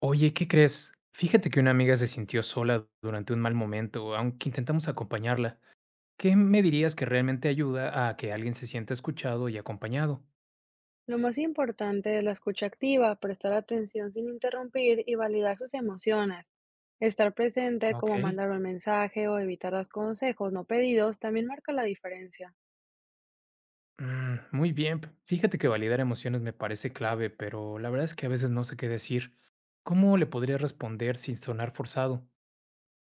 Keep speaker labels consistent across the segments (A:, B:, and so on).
A: Oye, ¿qué crees? Fíjate que una amiga se sintió sola durante un mal momento, aunque intentamos acompañarla. ¿Qué me dirías que realmente ayuda a que alguien se sienta escuchado y acompañado?
B: Lo más importante es la escucha activa, prestar atención sin interrumpir y validar sus emociones. Estar presente, como
A: Ok.
B: mandar un mensaje o evitar los consejos no pedidos, también marca la diferencia.
A: Mm, muy bien. Fíjate que validar emociones me parece clave, pero la verdad es que a veces no sé qué decir. ¿Cómo le podría responder sin sonar forzado?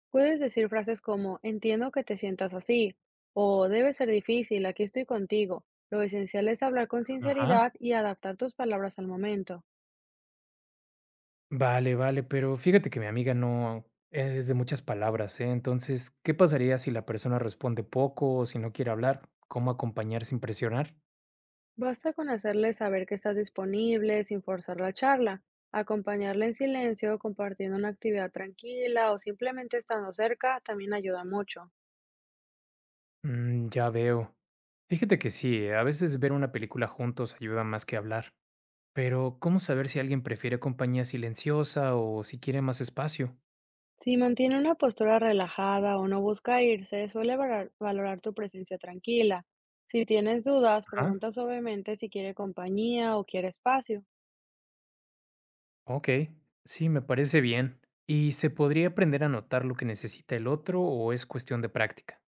B: Puedes decir frases como entiendo que te sientas así o debe ser difícil, aquí estoy contigo. Lo esencial es hablar con
A: Ajá.
B: sinceridad y adaptar tus palabras al momento.
A: Vale, vale, pero fíjate que mi amiga no es de muchas palabras, ¿eh? Entonces, ¿qué pasaría si la persona responde poco o si no quiere hablar? ¿Cómo acompañar sin presionar?
B: Basta con hacerle saber que estás disponible sin forzar la charla, acompañarla en silencio, compartiendo una actividad tranquila o simplemente estando cerca también ayuda mucho.
A: Mm, ya veo. Fíjate que sí, a veces ver una película juntos ayuda más que hablar. Pero, ¿cómo saber si alguien prefiere compañía silenciosa o si quiere más espacio?
B: Si mantiene una postura relajada o no busca irse, suele valorar tu presencia tranquila. Si tienes dudas,
A: Ajá.
B: pregunta suavemente si quiere compañía o quiere espacio.
A: Ok, sí, me parece bien. ¿Y se podría aprender a notar lo que necesita el otro o es cuestión de práctica?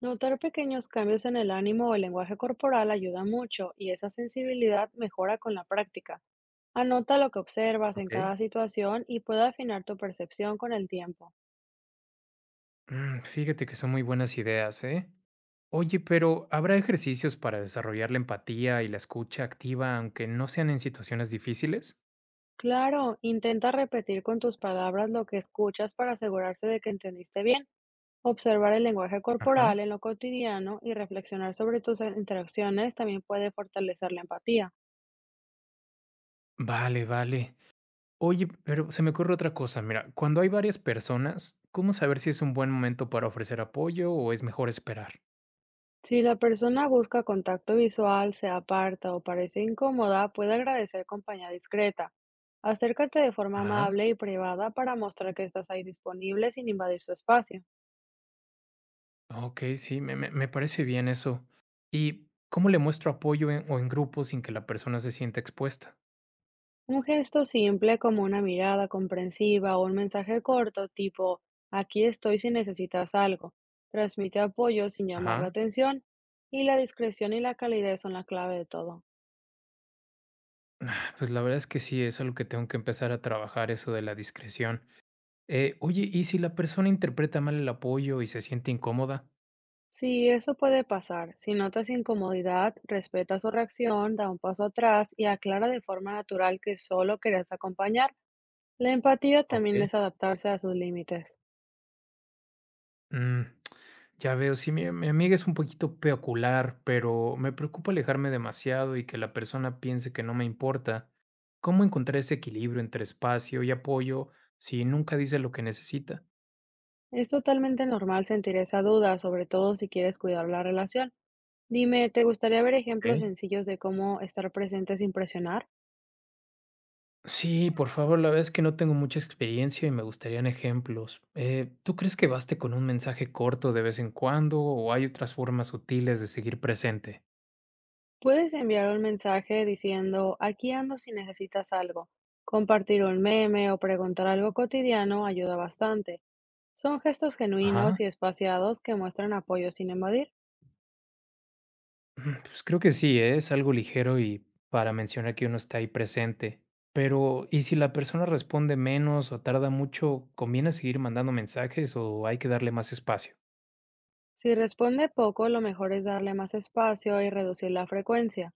B: Notar pequeños cambios en el ánimo o el lenguaje corporal ayuda mucho y esa sensibilidad mejora con la práctica. Anota lo que observas en
A: Ok.
B: cada situación y puede afinar tu percepción con el tiempo.
A: Mm, fíjate que son muy buenas ideas, ¿eh? Oye, pero ¿habrá ejercicios para desarrollar la empatía y la escucha activa aunque no sean en situaciones difíciles?
B: Claro, intenta repetir con tus palabras lo que escuchas para asegurarse de que entendiste bien. Observar el lenguaje
A: Ajá.
B: corporal en lo cotidiano y reflexionar sobre tus interacciones también puede fortalecer la empatía.
A: Vale, vale. Oye, pero se me ocurre otra cosa. Mira, cuando hay varias personas, ¿cómo saber si es un buen momento para ofrecer apoyo o es mejor esperar?
B: Si la persona busca contacto visual, se aparta o parece incómoda, puede agradecer compañía discreta. Acércate de forma
A: Ah,
B: amable y privada para mostrar que estás ahí disponible sin invadir su espacio.
A: ok, sí, me parece bien eso. ¿Y cómo le muestro apoyo en- o en grupo sin que la persona se sienta expuesta?
B: Un gesto simple como una mirada comprensiva o un mensaje corto tipo, aquí estoy si necesitas algo, transmite apoyo sin llamar la
A: Ajá.
B: atención y la discreción y la calidez son la clave de todo.
A: Pues la verdad es que sí, es algo que tengo que empezar a trabajar, eso de la discreción. Oye, ¿y si la persona interpreta mal el apoyo y se siente incómoda?
B: Sí, eso puede pasar. Si notas incomodidad, respeta su reacción, da un paso atrás y aclara de forma natural que solo querías acompañar. La empatía
A: Ok.
B: también es adaptarse a sus límites.
A: Mm, ya veo, sí, mi amiga es un poquito peculiar, pero me preocupa alejarme demasiado y que la persona piense que no me importa. ¿Cómo encontrar ese equilibrio entre espacio y apoyo si nunca dice lo que necesita?
B: Es totalmente normal sentir esa duda, sobre todo si quieres cuidar la relación. Dime, ¿te gustaría ver ejemplos
A: Ok.
B: sencillos de cómo estar presente sin presionar?
A: Sí, por favor, la verdad es que no tengo mucha experiencia y me gustarían ejemplos. ¿Tú crees que baste con un mensaje corto de vez en cuando o hay otras formas sutiles de seguir presente?
B: Puedes enviar un mensaje diciendo, aquí ando si necesitas algo. Compartir un meme o preguntar algo cotidiano ayuda bastante. Son gestos
A: Ajá.
B: genuinos y espaciados que muestran apoyo sin invadir.
A: Mm, pues creo que sí, ¿eh? Es algo ligero y para mencionar que uno está ahí presente. Pero, ¿y si la persona responde menos o tarda mucho, conviene seguir mandando mensajes o hay que darle más espacio?
B: Si responde poco, lo mejor es darle más espacio y reducir la frecuencia.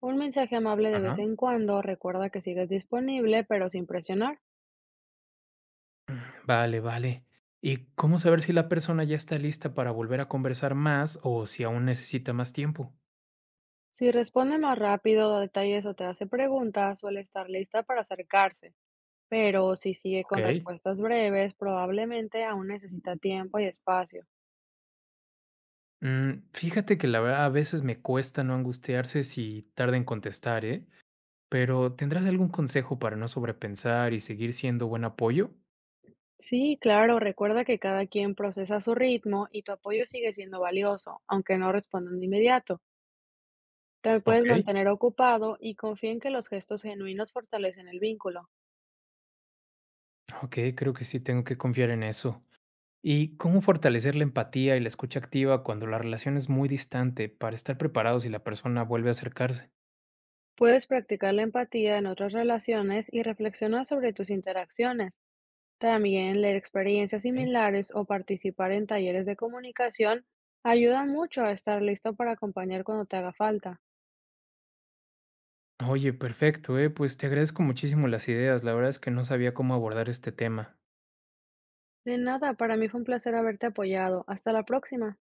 B: Un mensaje amable de vez
A: Ajá.
B: en cuando recuerda que sigues disponible, pero sin presionar.
A: Vale, vale. ¿Y cómo saber si la persona ya está lista para volver a conversar más o si aún necesita más tiempo?
B: Si responde más rápido, da detalles o te hace preguntas, suele estar lista para acercarse, pero si sigue
A: Ok.
B: con respuestas breves, probablemente aún necesita tiempo y espacio.
A: Mm, fíjate que la verdad a veces me cuesta no angustiarse si tarda en contestar, ¿eh? Pero ¿tendrás algún consejo para no sobrepensar y seguir siendo buen apoyo?
B: Sí, claro, recuerda que cada quien procesa a su ritmo y tu apoyo sigue siendo valioso, aunque no respondan de inmediato. Te puedes
A: Ok.
B: mantener ocupado y confía en que los gestos genuinos fortalecen el vínculo.
A: Ok, creo que sí tengo que confiar en eso. ¿Y cómo fortalecer la empatía y la escucha activa cuando la relación es muy distante para estar preparados si la persona vuelve a acercarse?
B: Puedes practicar la empatía en otras relaciones y reflexionar sobre tus interacciones. También leer experiencias
A: Ok.
B: similares o participar en talleres de comunicación ayuda mucho a estar listo para acompañar cuando te haga falta.
A: Oye, perfecto, pues te agradezco muchísimo las ideas. La verdad es que no sabía cómo abordar este tema.
B: De nada, para mí fue un placer haberte apoyado. Hasta la próxima.